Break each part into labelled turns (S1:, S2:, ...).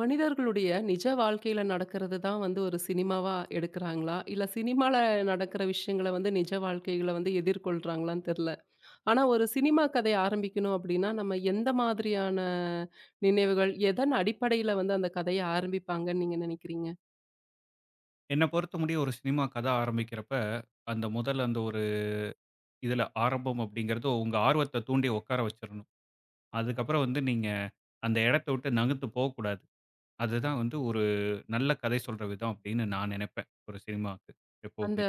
S1: மனிதர்களுடைய நிஜ வாழ்க்கையில நடக்கிறது தான் வந்து ஒரு சினிமாவா எடுக்கிறாங்களா? இல்ல சினிமால நடக்கிற விஷயங்கள வந்து நிஜ வாழ்க்கைகள வந்து எதிர்கொள்றாங்களான்னு தெரியல. ஆனா ஒரு சினிமா கதை ஆரம்பிக்கணும் அப்படின்னா, நம்ம எந்த மாதிரியான நினைவுகள், எதன் அடிப்படையில வந்து அந்த கதைய ஆரம்பிப்பாங்கன்னு நீங்க நினைக்கிறீங்க?
S2: என்ன பொறுத்த முடிய ஒரு சினிமா கதை ஆரம்பிக்கிறப்ப, அந்த முதல் அந்த ஒரு இதுல ஆரம்பம் அப்படிங்கிறது உங்க ஆர்வத்த தூண்டி உட்கார வச்சிரணும். அதுக்கப்புறம் வந்து நீங்க அந்த இடத்த விட்டு நகர்ந்து போகக்கூடாது. அதுதான் வந்து ஒரு நல்ல கதை சொல்ற விதம் அப்படின்னு நான் நினைப்பேன். ஒரு சினிமாவுக்கு
S1: அந்த
S2: எப்பவுமே.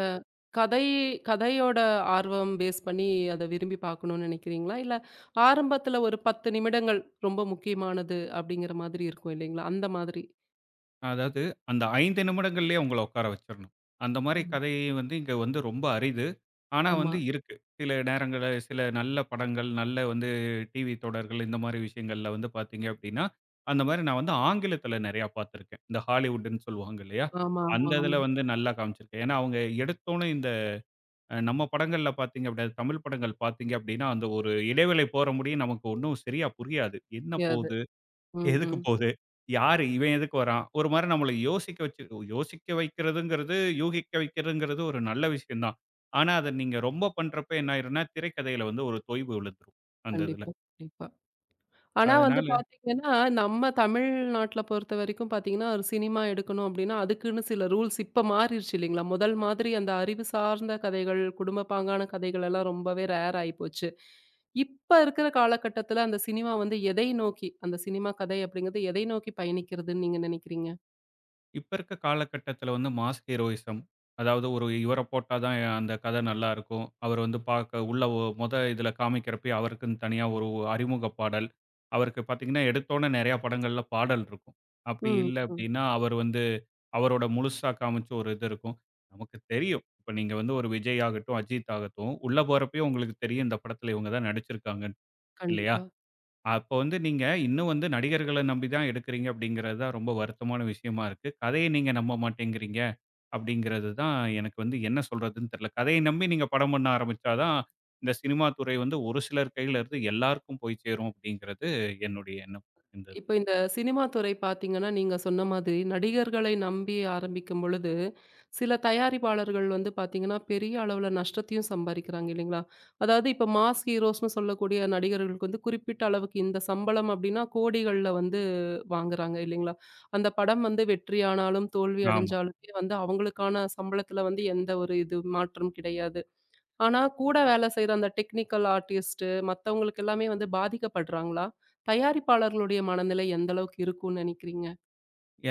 S1: கதை கதையோட ஆர்வம் பேஸ் பண்ணி அத விரும்பி பார்க்கணும்னு நினைக்கிறீங்களா? இல்ல ஆரம்பத்துல ஒரு 10 நிமிடங்கள் ரொம்ப முக்கியமானது அப்படிங்கிற மாதிரி இருக்கும் இல்லைங்களா? அந்த மாதிரி.
S2: அதாவது அந்த 5 நிமிடங்கள்லயே அவங்கள உட்கார வச்சிரணும். அந்த மாரி
S1: ம்.
S2: கதை வந்து இங்க வந்து ரொம்ப அரிது. ஆனா
S1: ஆமா.
S2: வந்து இருக்கு. சில நேரங்கள்ல சில நல்ல படங்கள், நல்ல வந்து டிவி தொடர்கள் இந்த மாரி விஷயங்கள்ல வந்து பார்த்தீங்க அப்டின்னா, அந்த மாரி நான் வந்து ஆங்கிலத்தில நெறையா பார்த்துருக்கேன். இந்த ஹாலிவுட்ன்னு சொல்லுவாங்க இல்லையா?
S1: ஆமா, ஆமா,
S2: அந்த இதில
S1: ஆமா.
S2: வந்து நல்லா காமிச்சிருக்கு. ஏன்னா அவங்க எடுத்தோனே இந்த நம்ம படங்கள்ல பார்த்தீங்க அப்படின்னா, தமிழ் படங்கள் பார்த்தீங்க அப்படின்னா, அந்த ஒரு இடைவேளை போற முடியும் நமக்கு ஒண்ணும் சரியா புரியாது. என்ன
S1: முடியாது.
S2: போது?
S1: ம்.
S2: எதுக்கு
S1: ம்.
S2: போது? யாரு? இவன் எதுக்கு வரான்? ஒரு மாரி நம்மள யோசிக்க வச்சு யோசிக்க வைக்கிறதுங்கிறது, யூகிக்க வைக்கிறதுங்கிறது ஒரு நல்ல விஷயம் தான். ஆனா, அத நீங்க ரொம்ப பண்றப்ப என்ன ஆயிரும்னா, திரைக்கதையில வந்து ஒரு தொய்வு விழுந்துரும். அந்த இதுல.
S1: கண்டிப்பா, கண்டிப்பா. ஆனா வந்து
S2: அதனால
S1: பார்த்தீங்கன்னா, நம்ம தமிழ்நாட்ல பொறுத்தவரைக்கும் பார்த்தீங்கன்னா, ஒரு சினிமா எடுக்கணும் அப்டின்னா, அதுக்குன்னு சில ரூல்ஸ் இப்ப மாறிருச்சு இல்லைங்களா? முதல் மாதிரி அந்த அறிவு சார்ந்த கதைகள், குடும்ப பாங்கான கதைகள் எல்லாம் ரொம்பவே ரேர் ஆயிப்போச்சு. இப்ப இருக்கிற காலகட்டத்துல அந்த சினிமா வந்து எதை நோக்கி அந்த சினிமா கதை அப்படிங்கிறது எதை நோக்கி பயணிக்கிறதுன்னு நீங்க நினைக்கிறீங்க?
S2: இப்ப இருக்க காலகட்டத்தில வந்து மாஸ் ஹீரோயிசம். அதாவது ஒரு இவர போட்டா தான் அந்த கதை நல்லாருக்கும். அவர் வந்து பார்க்க உள்ள மொத இதில காமிக்கிறப்பயே அவருக்குன்னு தனியா ஒரு அறிமுக பாடல். அவருக்கு பார்த்தீங்கன்னா, எடுத்தோனே நெறைய படங்கள்ல பாடல் இருக்கும். அப்படி
S1: ம்,
S2: இல்ல
S1: ம்.
S2: அப்படின்னா, அவர் வந்து அவரோட முழுசா காமிச்ச ஒரு இது இருக்கும். நமக்கு தெரியும். இப்ப நீங்க வந்து ஒரு விஜய் ஆகட்டும், அஜித் ஆகட்டும், உள்ள போறப்பயே உங்களுக்கு தெரியும் இந்த படத்தில இவங்க தான் நடிச்சிருக்காங்கன்னு. இல்லையா?
S1: கண்டிப்பா.
S2: அப்போ வந்து நீங்க இன்னும் வந்து நடிகர்கள நம்பி தான் எடுக்கிறீங்க அப்படிங்கிறது தான் ரொம்ப வருத்தமான விஷயமா இருக்கு. கதைய நீங்க நம்ப மாட்டேங்கிறீங்க அப்படிங்கிறது தான் எனக்கு வந்து என்ன சொல்றதுன்னு தெரியல. கதைய நம்பி நீங்க படம் பண்ண ஆரம்பிச்சா தான், இந்த சினிமா துறை வந்து ஒரு சிலர் கையில இருந்து எல்லாருக்கும் போய் சேரும் அப்படிங்கிறது என்னுடைய எண்ணம் இந்த இதுல.
S1: இப்ப இந்த சினிமா துறை பார்த்தீங்கன்னா, நீங்க சொன்ன மாதிரி நடிகர்களை நம்பி ஆரம்பிக்கும் பொழுது, சில தயாரிப்பாளர்கள் வந்து பார்த்தீங்கன்னா, பெரிய அளவுல நஷ்டத்தையும் சம்பாரிக்கிறாங்க இல்லைங்களா? அதாவது இப்ப மாஸ் ஹீரோஸ்ன்னு சொல்லக்கூடிய நடிகர்களுக்கு வந்து குறிப்பிட்ட அளவுக்கு இந்த சம்பளம் அப்டின்னா, கோடிகள்ல வந்து வாங்குறாங்க இல்லைங்களா? அந்த படம் வந்து வெற்றியானாலும், தோல்வி
S2: ஆமா.
S1: அடைஞ்சாலுமே வந்து அவங்களுக்கான சம்பளத்துல வந்து எந்த ஒரு இது மாற்றம் கிடையாது. ஆனா, கூட வேலை செய்ற அந்த டெக்னிக்கல் ஆர்டிஸ்ட்டு மத்தவங்களுக்கு எல்லாமே வந்து பாதிக்கப்படுறாங்களா? தயாரிப்பாளர்களுடைய மனநிலை எந்த அளவுக்கு இருக்கும்னு நெனைக்கிறீங்க?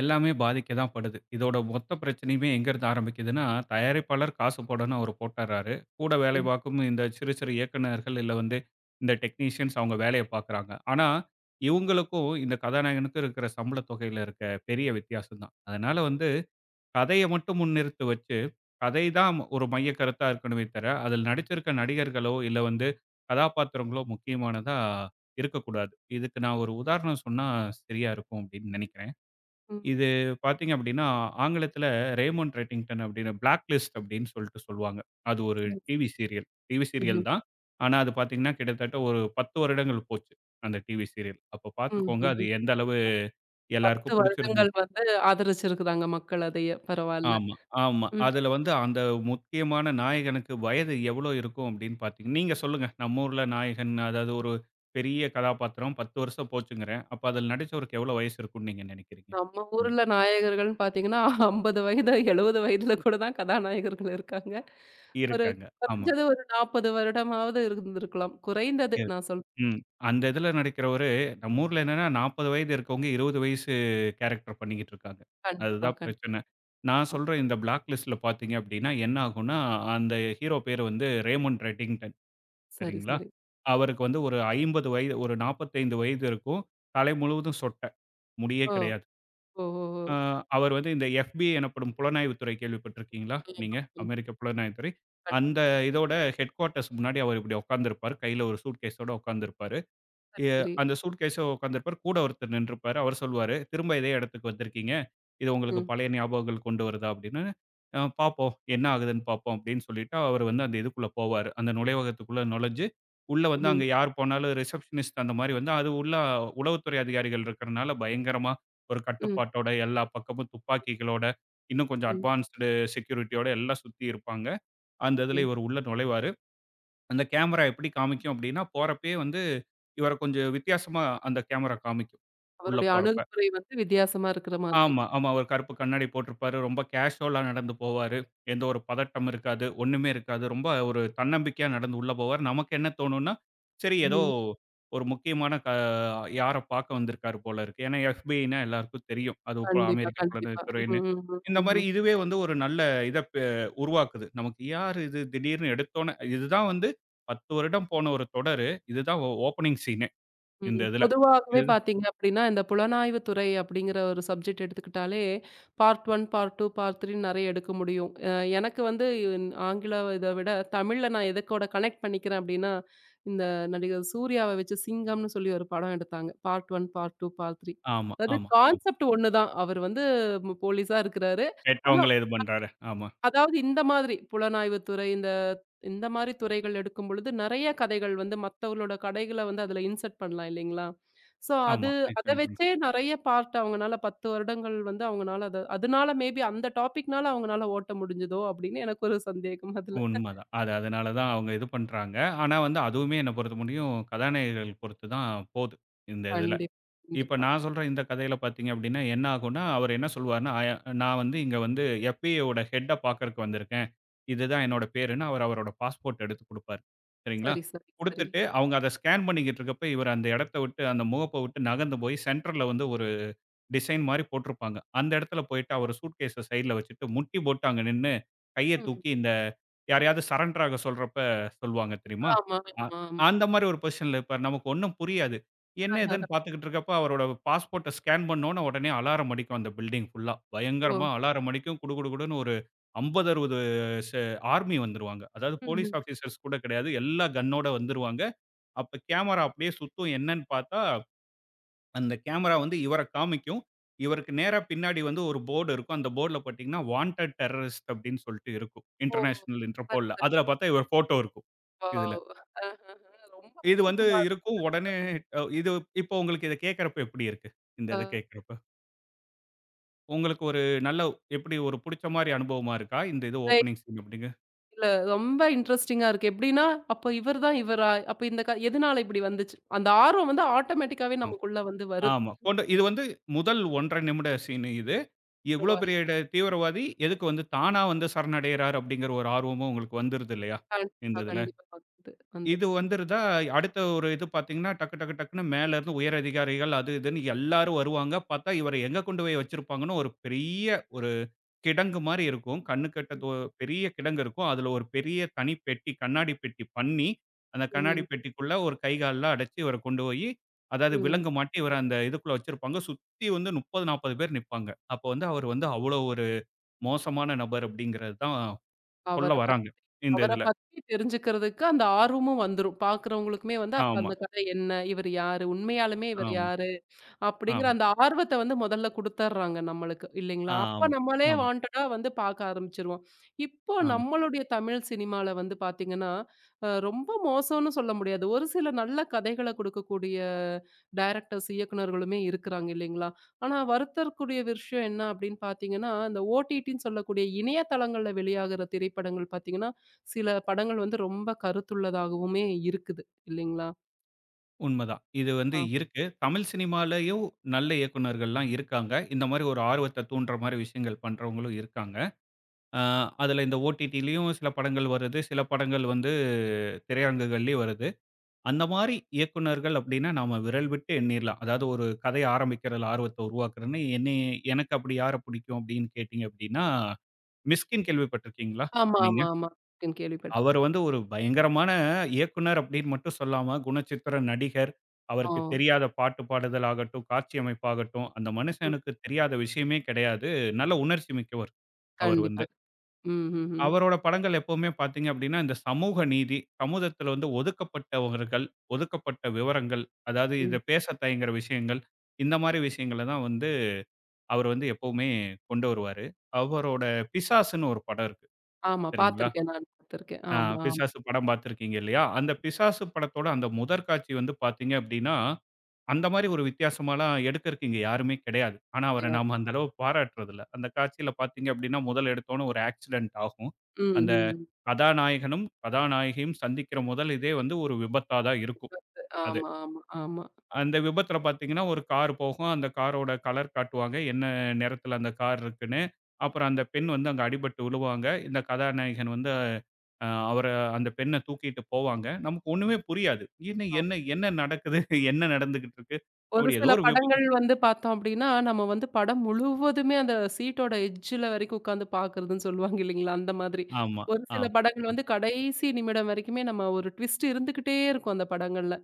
S2: எல்லாமே பாதிக்க தான் படுது. இதோட மொத்த பிரச்சனையுமே எங்கருந்து ஆரம்பிக்குதுன்னா, தயாரிப்பாளர் காசு போடன்னு அவரு போட்டுர்றாரு. கூட வேலை
S1: ம்.
S2: பார்க்கும் இந்த சிறு சிறு இயக்குனர்கள் இல்ல வந்து இந்த டெக்னீஷியன்ஸ் அவங்க வேலைய பார்க்குறாங்க. ஆனா, இவங்களுக்கும் இந்த கதாநாயகனுக்கும் இருக்கிற சம்பள தொகையில இருக்க பெரிய வித்தியாசம் தான். அதனால வந்து கதைய மட்டும் முன்னிறுத்து வச்சு, கதை தான் ஒரு மைய கருத்தா இருக்கணுமே தவிர, அதில் நடிச்சிருக்க நடிகர்களோ, இல்ல வந்து கதாபாத்திரங்களோ முக்கியமானதா இருக்கக்கூடாது. இதுக்கு நான் ஒரு உதாரணம் சொன்னா சரியா இருக்கும் அப்படின்னு நினைக்கிறேன்.
S1: ம்.
S2: இது பார்த்தீங்க அப்படின்னா, ஆங்கிலத்தில ரேமண்ட் ரெட்டிங்டன் அப்படின்னு பிளாக் லிஸ்ட் அப்படின்னு சொல்லிட்டு சொல்லுவாங்க. அது ஒரு
S1: ம்.
S2: TV serial. டிவி சீரியல்
S1: ம்ஹ்ம்.
S2: தான். ஆனா அது பார்த்தீங்கன்னா, கிட்டத்தட்ட ஒரு 10 வருடங்கள் போச்சு. அந்த டிவி சீரியல். அப்ப
S1: ம்.
S2: பார்த்துக்கோங்க அது
S1: ம்ஹ்ம்.
S2: எந்த அளவு
S1: 10
S2: எல்லாருக்கும் பிடிச்சிருந்து
S1: வருடங்கள் வந்து ஆதரிச்சிருக்குதாங்க மக்கள் அதைய. பரவால்ல.
S2: ஆமா, ஆமா.
S1: ம்.
S2: அதில வந்து அந்த முக்கியமான நாயகனுக்கு வயது எவ்வளோ இருக்கும் அப்படின்னு பார்த்தீங்க நீங்க சொல்லுங்க. நம்ம ஊர்ல நாயகன் அதாவது ஒரு பெரிய கதாபாத்திரம் 10 வருஷம் போச்சுங்கிறேன். அப்ப அதில நடிச்சவருக்கு எவ்வளோ வயசு இருக்கும்னு நீங்க நினைக்கிறீங்க?
S1: நம்ம
S2: இந்த-
S1: ஊர்ல நாயகர்கள்ன்னு பார்த்தீங்கன்னா, 50 வயது, 70 வயதுல கூட தான் கதாநாயகர்கள் இருக்காங்க. ஒரு
S2: இருக்காங்க. ஆமா.
S1: குறைஞ்சது ஒரு 40 வருடமாவது இருந்திருக்கலாம். குறைந்தது
S2: இருக்கு.
S1: நான் சொல்றேன்.
S2: ம். அந்த இதுல நடிக்கிறவரு, நம்ம ஊர்ல என்னன்னா 40 வயது இருக்கவங்க 20 வயசு கேரக்டர் பண்ணிக்கிட்டு இருக்காங்க.
S1: கண்டிப்பா,
S2: அதுதான்
S1: கண்டிப்பா.
S2: பிரச்சனை. நான் சொல்ற இந்த பிளாக் லிஸ்ட்ல பார்த்தீங்க அப்படின்னா, என்ன ஆகும்னா, அந்த ஹீரோ பேரு வந்து ரேமண்ட் ரெட்டிங்டன்.
S1: சரி,
S2: சரிங்களா?
S1: சரி.
S2: அவருக்கு வந்து ஒரு 50 வயது ஒரு 45 வயது இருக்கும். தலை முழுவதும் சொட்டை. முடியே
S1: ஓ!
S2: கிடையாது.
S1: ஓ! ஓ!
S2: ஆ
S1: ஓ!
S2: அவர் வந்து இந்த FBI எனப்படும் புலனாய்வுத்துறை கேள்விப்பட்டிருக்கீங்களா? நீங்க
S1: ஆமா. ம்.
S2: அமெரிக்க புலனாய்வுத்துறை. அந்த இதோட ஹெட் குவார்ட்டர்ஸ் முன்னாடி அவர் இப்படி உட்கார்ந்திருப்பாரு. கையில ஒரு சூட்கேஸோட உட்கார்ந்திருப்பாரு.
S1: சரி,
S2: எ
S1: சரி.
S2: அந்த சூட்கேஸ உட்காந்துருப்பாரு. கூட ஒருத்தர் நின்றுப்பாரு. அவர் சொல்லுவாரு, "திரும்ப இதே இடத்துக்கு வந்திருக்கீங்க. இது உங்களுக்கு
S1: ம்,
S2: பழைய ஞாபகங்கள் கொண்டு வருதா?" அப்படின்னு. பார்ப்போம். என்ன ஆகுதுன்னு பார்ப்போம்." அப்படின்னு சொல்லிட்டு அவர் வந்து அந்த இதுக்குள்ள போவாரு. அந்த நுழைவகத்துக்குள்ள நுழைஞ்சு, உள்ள வந்து
S1: ம்,
S2: அங்க யார் போனாலும் ரிசப்ஷனிஸ்ட் அந்த மாரி வந்து அது உள்ள உளவுத்துறை அதிகாரிகள் இருக்கிறனால பயங்கரமா ஒரு
S1: ம்,
S2: கட்டுப்பாட்டோட, எல்லா பக்கமும் துப்பாக்கிகளோட, இன்னும் கொஞ்சம்
S1: ம்,
S2: அட்வான்ஸ்டு செக்யூரிட்டியோட எல்லாம் சுத்தி இருப்பாங்க. அந்த இதுல
S1: ம்.
S2: இவர் உள்ள நுழைவாரு. அந்த கேமரா எப்படி காமிக்கும் அப்படின்னா, போறப்பயே வந்து இவர கொஞ்சம் வித்தியாசமா அந்த கேமரா காமிக்கும். உள்ள
S1: அவருடைய
S2: போறப்ப.
S1: அணுகுமுறை வந்து வித்தியாசமா இருக்கிற மாதிரி.
S2: ஆமா, ஆமா. ஒரு கருப்பு கண்ணாடி போட்டிருப்பாரு. ரொம்ப கேஷுவலா நடந்து போவாரு. எந்த ஒரு பதட்டம் இருக்காது. ஒண்ணுமே இருக்காது. ரொம்ப ஒரு தன்னம்பிக்கையா நடந்து உள்ள போவாரு. நமக்கு என்ன தோணும்னா, சரி ஏதோ
S1: ம்.
S2: ஒரு முக்கியமான யார பார்க்க வந்திருக்காரு போல இருக்கு. ஏன்னா எஃபிஐனா எல்லாருக்கும் தெரியும். அது போ
S1: கண்டிப்பா,
S2: அமெரிக்க
S1: கண்டிப்பா.
S2: புலனாய்த்துறைன்னு.
S1: ம், ம்,
S2: இந்த
S1: ம்,
S2: மாரி
S1: ம்.
S2: இதுவே வந்து ஒரு நல்ல இத பெ உருவாக்குது. நமக்கு யார் இது திடீர்னு எடுத்தோனே இதுதான் வந்து 10 வருடம் போன ஒரு தொடரு. இதுதான் ஓப்பனிங் சீனே இந்த
S1: ம்.
S2: இதுல.
S1: பொதுவாகவே
S2: இது
S1: பார்த்தீங்க அப்டின்னா, இந்த புலனாய்வு துறை அப்டிங்கிற ஒரு சப்ஜெக்ட் எடுத்துக்கிட்டாலே, பார்ட் 1, பார்ட் 2, பார்ட் 3 நெறைய எடுக்க முடியும். எனக்கு வந்து ஆங்கில இத விட தமிழ்ல நான் எதுக்கோட கனெக்ட் பண்ணிக்கிறேன் அப்டின்னா, இந்த நடிகர் சூர்யாவ வச்சு சிங்கம்னு சொல்லி ஒரு படம் எடுத்தாங்க. Part 1, part 2, part 3.
S2: ஆமா,
S1: அதாவது
S2: ஆமா, ஆமா.
S1: கான்செப்ட் ஒண்ணு தான். அவர் வந்து போலீஸா இருக்கிறாரு. ஆனா
S2: கெட்டவங்கள இது பண்றாரு. ஆமா.
S1: அதாவது இந்த மாதிரி புலனாய்வு துறை இந்த இந்த மாரி துறைகள் எடுக்கும் பொழுது, நெறைய கதைகள் வந்து மத்தவங்களோட கதைகள வந்து அதுல இன்சர்ட் பண்ணலாம் இல்லைங்களா? ஸோ அது
S2: ஆமா.
S1: அத
S2: நிச்சயமா பண்ண
S1: வச்சே நெறைய பார்ட் அவங்கனால 10 வருடங்கள் வந்து அவங்கனால அத அதனால மேபி அந்த டாபிக்னால அவங்கனால ஓட்ட முடிஞ்சதோ! அப்படின்னு எனக்கு ஒரு சந்தேகம் அதுல.
S2: உண்மதான். அது அதனால தான் அவங்க இது பண்றாங்க. ஆனா வந்து அதுவுமே என்ன பொறுத்த முடியும், கதாநாயகர்கள் பொறுத்து தான் போது, இந்த இதுல.
S1: கண்டிப்பா,
S2: இப்ப
S1: கண்டிப்பா.
S2: நான் சொல்ற இந்த கதையில பார்த்தீங்க அப்படின்னா, என்ன ஆகும்னா, அவர் என்ன சொல்வாருன்னா, நான் வந்து இங்க வந்து எஃப்.பி.ஐ.யோட ஹெட்ட பார்க்கறக்கு வந்திருக்கேன். இதுதான் என்னோட பேருன்னு" அவர் அவரோட பாஸ்போர்ட் எடுத்து குடுப்பாரு. சரிங்களா?
S1: சரி, சரி, சரி.
S2: குடுத்துட்டு அவங்க அத ஸ்கேன் பண்ணிக்கிட்டு இருக்கப்ப, இவர் அந்த இடத்த விட்டு, அந்த முகப்ப விட்டு நகர்ந்து போய் சென்டர்ல வந்து டிசைன் மாரி போட்டிருப்பாங்க. அந்த இடத்துல போயிட்டு அவரு சூட்கேஸ சைட்ல வச்சுட்டு, முட்டி போட்டு அங்க நின்னு, கைய
S1: ம்.
S2: தூக்கி இந்த யாரையாவது சரண்டர் ஆக சொல்றப்ப சொல்லுவாங்க தெரியுமா?
S1: ஆமா, ஆமா,
S2: அ
S1: ஆமா.
S2: அந்த மாரி ஒரு பொசிஷன்ல இருப்பாரு. நமக்கு ஒண்ணும் புரியாது. என்ன
S1: ஆஹஹ.
S2: ஏதுன்னு பார்த்துக்கிட்டு இருக்கப்ப, அவரோட பாஸ்போர்ட்ட ஸ்கேன் பண்ணோன உடனே அலாரம் அடிக்கும் அந்த பில்டிங் ஃபுல்லா.
S1: ஓ!
S2: பயங்கரமா அலாரம் அடிக்கும். குடு குடு குடுன்னு ஒரு 50, 60 செ ஆர்மி வந்துருவாங்க. அதாவது போலீஸ்
S1: ம்ஹ்ம்.
S2: ஆஃபீசர்ஸ் கூட கிடையாது. எல்லா கன்னோட வந்துருவாங்க. அப்ப கேமரா அப்படியே சுத்தும். என்னன்னு பார்த்தா அந்த கேமரா வந்து இவர காமிக்கும். இவருக்கு நேரா பின்னாடி வந்து ஒரு போர்டு இருக்கும். அந்த போர்டுல பார்த்தீங்கன்னா, வாண்டட் டெரரிஸ்ட் அப்டின்னு சொல்லிட்டு இருக்கும்.
S1: ஓ!
S2: இன்டர்நேஷனல்
S1: சரி,
S2: இன்டர்போல்ல.
S1: சரி.
S2: அதுல பார்த்தா இவர் ஃபோட்டோ இருக்கும். இதுல.
S1: வாவ்! ஆஹஹ. ரொம்ப
S2: இது வந்து
S1: அழகா
S2: இருக்கும். உடனே இது இப்போ உங்களுக்கு இத கேட்கறப்ப எப்படி இருக்கு? இந்த இத கேட்கறப்ப. உங்களுக்கு ஒரு நல்ல எப்படி ஒரு புடிச்ச மாரி அனுபவமா இருக்கா? இந்த இது ஓப்பனிங் சீன் அப்படிங்க.
S1: இல்ல ரொம்ப இன்ட்ரஸ்டிங்கா இருக்கு. எப்படின்னா, அப்ப இவர் தான் இவரா? அப்ப இந்த க எதனால இப்படி வந்துச்சு? அந்த ஆர்வம் வந்து ஆட்டோமேட்டிக்காவே
S2: ஆ.
S1: நமக்குள்ள வந்து வருது.
S2: ஆமா. கொண்டு இது வந்து முதல் 1 1/2 நிமிட சீன் இது. இவ்ளோ
S1: பரவால்ல.
S2: பெரிய தீவிரவாதி எதுக்கு வந்து தானா வந்து சரணடையறார் அப்படிங்கிற ஒரு ஆர்வமும் உங்களுக்கு வந்துருது இல்லையா? இந்த
S1: கண்டிப்பா,
S2: இதுல.
S1: கண்டிப்பா. வந்து
S2: இது
S1: வந்துருது.
S2: வந்துருதா, அடுத்த ஒரு இது பார்த்தீங்கன்னா, டக்கு டக்கு டக்குன்னு மேல இருந்து உயர் அதிகாரிகள் அது இதுன்னு எல்லாரும் வருவாங்க. பார்த்தா இவர எங்க கொண்டு போய் வச்சிருப்பாங்கன்னு ஒரு பெரிய ஒரு கிடங்கு மாரி இருக்கும். கண்ணுக்கெட்ட தூ பெரிய கிடங்கு இருக்கும். அதுல ஒரு பெரிய தனி பெட்டி, கண்ணாடி பெட்டி பண்ணி, அந்த கண்ணாடி
S1: ம்,
S2: பெட்டிக்குள்ள ஒரு கை கால்லாம் அடைச்சு இவர கொண்டு போயி, அதாவது
S1: ம்.
S2: விலங்கு மாட்டி இவர அந்த இதுக்குள்ள வச்சிருப்பாங்க. சுத்தி வந்து 30, 40 பேர் நிப்பாங்க. அப்ப வந்து அவர் வந்து அவ்வளோ ஒரு மோசமான நபர் அப்படிங்கிறது தான்
S1: அவர
S2: சொல்ல
S1: பத்தி
S2: வராங்க. இந்த
S1: அவர
S2: இதுல.
S1: பத்தி தெரிஞ்சுக்கிறதுக்கு அந்த ஆர்வமும் வந்துரும். பார்க்கிறவங்களுக்குமே வந்து, அப்ப
S2: ஆமா,
S1: அந்த கதை என்ன? இவர் யாரு? உண்மையாலுமே இவர்
S2: ஆமா,
S1: யாரு? அப்படிங்கிற
S2: ஆமா,
S1: அந்த ஆர்வத்த வந்து முதல்ல குடுத்தர்றாங்க நம்மளுக்கு இல்லைங்களா? அப்ப
S2: ஆமா,
S1: நம்மளே
S2: ஆமா.
S1: வாண்டடா வந்து பார்க்க ஆரம்பிச்சுருவோம். இப்போ
S2: ஆமா.
S1: நம்மளுடைய தமிழ் சினிமால வந்து பார்த்தீங்கன்னா, ரொம்ப மோசம்னு சொல்ல முடியாது. ஒரு சில நல்ல கதைகள குடுக்கக்கூடிய டைரக்டர்ஸ், இயக்குனர்களுமே இருக்கிறாங்க இல்லைங்களா? ஆனா வருத்தக்கூடிய விஷயம் என்ன அப்படின்னு பார்த்தீங்கன்னா, இந்த ஓடிடின்னு சொல்லக்கூடிய இணையதளங்கள்ல வெளியாகிற திரைப்படங்கள் பார்த்தீங்கன்னா, சில படங்கள் வந்து ரொம்ப கருத்துள்ளதாகவுமே இருக்குது இல்லைங்களா?
S2: உண்மதான். இது வந்து
S1: ஆ.
S2: இருக்கு. தமிழ் சினிமாலயும் நல்ல இயக்குனர்கள்லாம் இருக்காங்க. இந்த மாரி ஒரு ஆர்வத்த தூண்டுற மாரி விஷயங்கள் பண்றவங்களும் இருக்காங்க. அ அதுல இந்த ஓடிடிலயும் சில படங்கள் வருது. சில படங்கள் வந்து திரையரங்குகள்லயும் வருது. அந்த மாரி இயக்குனர்கள் அப்டின்னா நாம விரல் விட்டு எண்ணிறலாம். அதாவது ஒரு கதை ஆரம்பிக்கிறதுல ஆர்வத்த உருவாக்குறன்னு என்னைய எனக்கு அப்படி யார பிடிக்கும் அப்படின்னு கேட்டீங்க அப்படின்னா, மிஸ்கின் கேள்விப்பட்டிருக்கீங்களா
S1: ஆமா,
S2: நீங்க?
S1: ஆமா, ஆமா. கேள்விப்பட்டு
S2: அவர் வந்து ஒரு பயங்கரமான இயக்குனர் அப்படின்னு மட்டும் சொல்லாம, குணச்சித்திர நடிகர்.
S1: ஓ!
S2: அவருக்கு
S1: ம்.
S2: தெரியாத பாட்டு பாடுதல் ஆகட்டும், காட்சி அமைப்பாகட்டும், அந்த மனுஷனுக்கு தெரியாத விஷயமே கிடையாது. நல்ல உணர்ச்சி மிக்கவர், அவர்
S1: கண்டிப்பா.
S2: வந்து.
S1: ம், ம், ம்,
S2: அவரோட படங்கள் எப்பவுமே பார்த்தீங்க அப்படின்னா, இந்த சமூக நீதி, சமூகத்தில வந்து ஒதுக்கப்பட்டவர்கள், ஒதுக்கப்பட்ட விவரங்கள், அதாவது இத
S1: ம்.
S2: பேச தயங்குற விஷயங்கள், இந்த மாரி விஷயங்கள தான் வந்து அவர் வந்து எப்பவுமே கொண்டு வருவாரு. அவரோட பிசாசுன்னு ஒரு படம் இருக்கு.
S1: ஆமா.
S2: சரிங்களா?
S1: பார்த்துருக்கேன். நான் பார்த்துருக்கேன்.
S2: ஆ
S1: ஆமா, ஆமா.
S2: பிசாசு படம் பார்த்திருக்கீங்க இல்லையா? அந்த பிசாசு படத்தோட அந்த முதற் காட்சி வந்து பார்த்தீங்க அப்படின்னா, அந்த மாரி ஒரு வித்தியாசமாலாம் எடுக்கறக்கு இங்க யாருமே கிடையாது. ஆனா, அவர நாம அந்த அளவு பாராட்டுறதில்ல. அந்த காட்சியில பார்த்தீங்க அப்படின்னா, முதல் எடுத்தோனே ஒரு ஆக்சிடென்ட் ஆகும்.
S1: ம்,
S2: அந்த
S1: ம்.
S2: கதாநாயகனும், கதாநாயகியும் சந்திக்கிற முதல் இதே வந்து ஒரு விபத்தா தான் இருக்கும். அது.
S1: ஆமா, ஆமா, ஆமா.
S2: அந்த விபத்துல பார்த்தீங்கன்னா, ஒரு கார் போகும். அந்த காரோட கலர் காட்டுவாங்க. என்ன நிறத்துல அந்த கார் இருக்குன்னு. அப்புறம் அந்த பெண் வந்து அங்க அடிபட்டு விழுவாங்க. இந்த கதாநாயகன் வந்து அ அவர அந்த பெண்ண தூக்கிட்டு போவாங்க. நமக்கு ஒண்ணுமே புரியாது. என்ன
S1: ஆ.
S2: என்ன என்ன நடக்குது? என்ன நடந்துகிட்டு இருக்கு?
S1: ஒரு
S2: அப்படி ஏதோ
S1: சில
S2: ஒரு விபத்து
S1: படங்கள் வந்து பார்த்தோம் அப்டின்னா, நம்ம வந்து படம் முழுவதுமே அந்த சீட்டோட எட்ஜ்ல வரைக்கும் உட்காந்து பார்க்குறதுன்னு சொல்லுவாங்க இல்லைங்களா? அந்த மாதிரி.
S2: ஆமா,
S1: ஒரு சில
S2: ஆமா,
S1: படங்கள்
S2: ஆமா,
S1: வந்து கடைசி நிமிடம் வரைக்குமே நம்ம ஒரு ட்விஸ்ட் இருந்துகிட்டே இருக்கும் அந்த படங்கள்ல.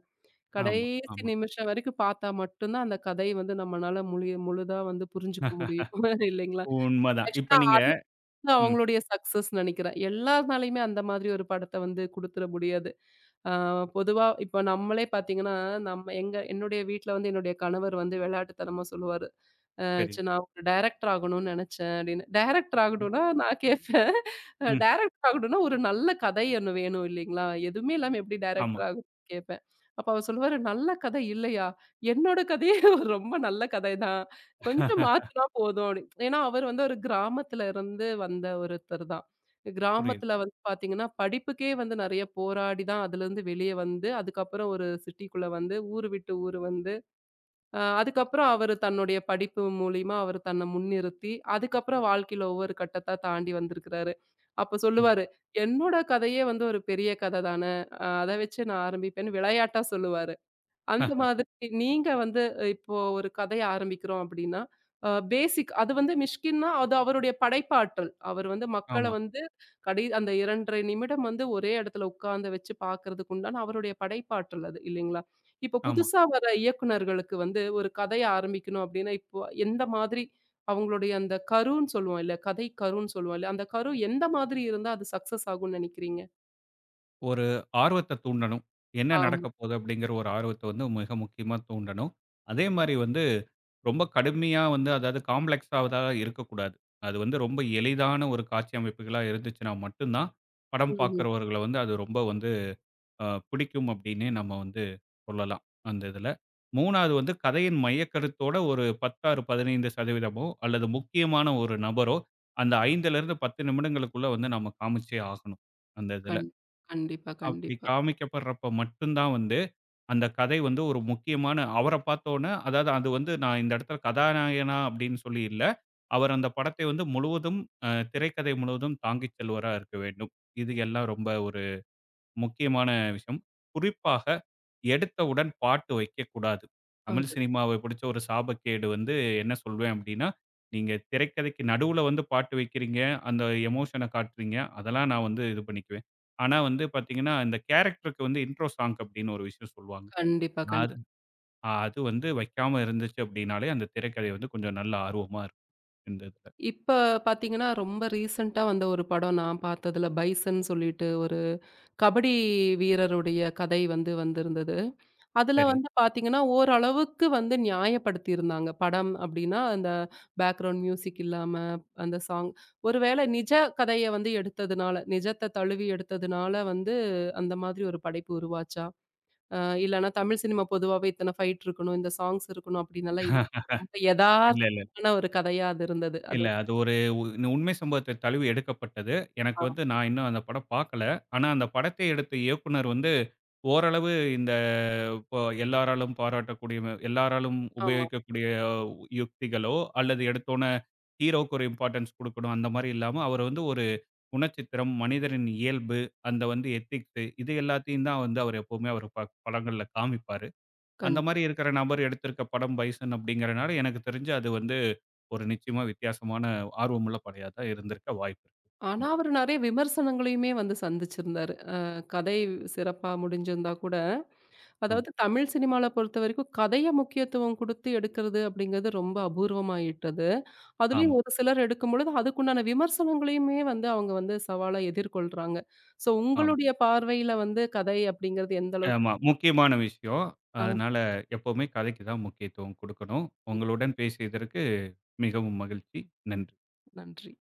S2: ஆமா,
S1: கடைசி
S2: ஆமா.
S1: நிமிஷம் வரைக்கும் பார்த்தா மட்டும் தான் அந்த கதை வந்து நம்மனால முழு முழுதா வந்து புரிஞ்சுக்க முடியும். இல்லைங்களா?
S2: உண்மதான். இப்ப நீங்க
S1: நான்
S2: ம்
S1: அவங்களுடைய சக்சஸ் நெனைக்கிறேன். எல்லார்னாலயுமே அந்த மாதிரி ஒரு படத்த வந்து குடுத்துற முடியாது. ஆ பொதுவா இப்ப நம்மளே பார்த்தீங்கன்னா, நம்ம எங்க என்னுடைய வீட்ல வந்து என்னுடைய கணவர் வந்து விளையாட்டுத்தனமா சொல்லுவாரு.
S2: சரி.
S1: சரி நான் ஒரு டைரக்டர் ஆகணும்னு நெனச்சேன் அப்படின்னு. டைரக்டர்
S2: ம்,
S1: ஆகணும்னா நான் கேட்பேன்.
S2: ம்.
S1: டைரக்டர் ஆகணும்னா ஒரு நல்ல கதை ஒண்ணு வேணும் இல்லைங்களா? எதுவுமே இல்லாம எப்படி
S2: ஆமா.
S1: டைரக்டர் ஆகும்னு கேட்பேன். அப்ப அவர் சொல்லுவாரு, "நல்ல கதை இல்லையா? என்னோட கதையே ஒரு ரொம்ப நல்ல கதை தான். கொஞ்சம் மாத்துனா போதும்" அப்படின்னு. ஏன்னா அவர் வந்து ஒரு கிராமத்துல இருந்து வந்த ஒருத்தர் தான்.
S2: புரியுது,
S1: கிராமத்துல வந்து பாத்தீங்கன்னா, படிப்புக்கே வந்து நெறைய போராடி தான் அதுலருந்து வெளிய வந்து, அதுக்கப்புறம் ஒரு சிட்டிக்குள்ள வந்து ஊரு விட்டு ஊரு வந்து அதுக்கப்புறம் அவரு தன்னுடைய படிப்பு மூலியமா அவரு தன்னை முன்னிறுத்தி, அதுக்கப்புறம் வாழ்க்கையில ஒவ்வொரு கட்டத்தா தாண்டி வந்திருக்கிறாரு. அப்ப
S2: புரியுது.
S1: சொல்லுவாரு, "என்னோட கதையே வந்து ஒரு பெரிய கதை தானே. அத வச்சு நான் ஆரம்பிப்பேன்னு" விளையாட்டா சொல்லுவாரு. அந்த மாதிரி நீங்க வந்து இப்போ ஒரு கதைய ஆரம்பிக்கிறோம் அப்படின்னா, பேசிக் அது வந்து மிஷ்கின்னா அது அவருடைய படைப்பாற்றல். அவர் வந்து மக்கள
S2: ஆமா,
S1: வந்து கடை அந்த 2 1/2 நிமிடம் வந்து ஒரே இடத்துல உட்கார்ந்து வச்சு பார்க்கறதுக்கு உண்டான அவருடைய படைப்பாற்றல் அது இல்லைங்களா? இப்போ
S2: ஆமா.
S1: புதுசா வர இயக்குனர்களுக்கு வந்து ஒரு கதைய ஆரம்பிக்கணும் அப்படின்னா, இப்போ எந்த மாதிரி அவங்களுடைய அந்த கருன்னு சொல்லுவோம் இல்ல, கதை கருன்னு சொல்லுவோம் இல்ல, அந்த கரு எந்த மாதிரி இருந்தா அது சக்சஸ் ஆகும்னு நெனைக்கிறீங்க?
S2: ஒரு ஆர்வத்த தூண்டணும். என்ன
S1: ஆமா.
S2: நடக்கப் போது அப்படிங்கிற ஒரு ஆர்வத்த வந்து மிக முக்கியமா தூண்டணும். அதே மாரி வந்து ரொம்ப கடுமையா வந்து அதாவது காம்ப்ளக்ஸாவதா இருக்கக்கூடாது. அது வந்து ரொம்ப எளிதான ஒரு காட்சி அமைப்புகளா இருந்துச்சுன்னா மட்டும் தான், படம்
S1: ம்ஹ்ம்.
S2: பார்க்கிறவர்கள வந்து அது ரொம்ப வந்து பிடிக்கும் அப்படின்னே நம்ம வந்து சொல்லலாம், அந்த இதுல. 3வது வந்து கதையின் மையக்கருத்தோட ஒரு 16, 15% அல்லது முக்கியமான ஒரு நபரோ, அந்த 5லிருந்து 10 நிமிடங்களுக்குள்ள வந்து நம்ம காமிச்சே ஆகணும், அந்த இதுல.
S1: கண் கண்டிப்பா,
S2: அப்படி
S1: கண்டிப்பா.
S2: காமிக்கப்படுறப்ப மட்டும் தான் வந்து, அந்த கதை வந்து ஒரு முக்கியமான அவர பார்த்தோன, அதாவது அது வந்து நான் இந்த இடத்துல கதாநாயகனா அப்படின்னு சொல்லி இல்ல. அவர் அந்த படத்தை வந்து முழுவதும் திரைக்கதை முழுவதும் தாங்கிச் செல்பவரா இருக்க வேண்டும். இது எல்லாம் ரொம்ப ஒரு முக்கியமான விஷயம். குறிப்பாக எடுத்தவுடன் பாட்டு வைக்கக்கூடாது. தமிழ்
S1: அது
S2: சினிமாவை பிடிச்ச ஒரு சாபக்கேடு வந்து என்ன சொல்வேன் அப்டின்னா, நீங்க திரைக்கதைக்கு நடுவுல வந்து பாட்டு வைக்கிறீங்க, அந்த எமோஷன காட்டுறீங்க. அதெல்லாம் நான் வந்து இது பண்ணிக்குவேன். ஆனா வந்து பார்த்தீங்கன்னா, இந்த கேரக்டருக்கு வந்து இன்ட்ரோ சாங் அப்டின்னு ஒரு விஷயம் சொல்லுவாங்க.
S1: கண்டிப்பா,
S2: அது
S1: கண்டிப்பா.
S2: அது வந்து வைக்காம இருந்துச்சு அப்டின்னாலே அந்த திரைக்கதை வந்து கொஞ்சம் நல்ல ஆர்வமா இருக்கும் இந்த இதுல.
S1: இப்ப பார்த்தீங்கன்னா, ரொம்ப ரீசென்ட்டா வந்த ஒரு படம் நான் பார்த்ததுல, பைசன் சொல்லிட்டு ஒரு கபடி வீரருடைய கதை வந்து வந்திருந்தது. அதுல
S2: சரிங்க.
S1: வந்து பார்த்தீங்கன்னா, ஓரளவுக்கு வந்து நியாயப்படுத்தியிருந்தாங்க. படம் அப்டின்னா, அந்த பேக்ரவுண்ட் மியூசிக் இல்லாம, அந்த சாங் ஒருவேளை நிஜ கதைய வந்து எடுத்ததுனால, நிஜத்த தழுவி எடுத்ததுனால வந்து அந்த மாதிரி ஒரு படைப்பு உருவாச்சா? அ இல்லன்னா தமிழ் சினிமா பொதுவாவே இத்தன ஃபைட் இருக்கணும், இந்த சாங்ஸ் இருக்கணும் அப்டின்னெல்லாம் இல்ல. ரொம்ப
S2: இல்ல.
S1: எதார்த்தமான ஒரு கதையா அது இருந்தது. அது
S2: இல்ல. அது ஒரு உ உண்மை சம்பவத்த தழுவி எடுக்கப்பட்டது. எனக்கு
S1: ஆ
S2: வந்து நான் இன்னும் அந்த படம் பார்க்கல. ஆனா, அந்த படத்தை எடுத்த இயக்குனர் வந்து ஓரளவு இந்த இப்போ எல்லாராலும் பாராட்டக்கூடிய எல்லாராலும்
S1: ஆமா.
S2: உபயோகிக்கக்கூடிய யுக்திகளோ, அல்லது எடுத்தோனே ஹீரோக்கு ஒரு இம்பார்ட்டன்ஸ் குடுக்கணும் அந்த மாரி இல்லாம, அவர் வந்து ஒரு குணச்சித்திரம், மனிதரின் இயல்பு, அந்த வந்து எத்திக்ஸ் இது எல்லாத்தையும் தான் வந்து அவர் எப்பவுமே அவர் படங்கள்ல காமிப்பாரு. அந்த
S1: கண்
S2: மாரி இருக்கிற நபர் எடுத்திருக்க படம் பைசன் அப்படிங்கிறனால எனக்கு தெரிஞ்சு அது வந்து ஒரு நிச்சயமா வித்தியாசமான ஆர்வமுள்ள படையா தான் இருந்திருக்க வாய்ப்பு இருக்கு.
S1: ஆனா,
S2: இந்த
S1: அவரு நெறைய விமர்சனங்களையுமே வந்து சந்திச்சிருந்தாரு. கதை சிறப்பா முடிஞ்சிருந்தா கூட,
S2: ஆமா,
S1: அதாவது தமிழ் சினிமால பொறுத்தவரைக்கும் கதைய முக்கியத்துவம் குடுத்து எடுக்கிறது அப்படிங்கிறது ரொம்ப அபூர்வமாயிட்டது. அதுலயும்
S2: ஆமா,
S1: ஒரு சிலர் எடுக்கும்பொழுது, அதுக்குண்டான விமர்சனங்களையுமே வந்து அவங்க வந்து சவாலா எதிர்கொள்றாங்க. ஸோ
S2: ஆமா,
S1: உங்களுடைய பார்வையில வந்து கதை அப்படிங்கிறது எந்த அளவுக்கு
S2: ஆமா. முக்கியமான விஷயம்.
S1: ஆ
S2: அதனால எப்பவுமே கதைக்கு தான் முக்கியத்துவம் குடுக்கணும்.
S1: ம்.
S2: உங்களுடன் பேசியதற்கு மிகவும் மகிழ்ச்சி. நன்றி.
S1: நன்றி.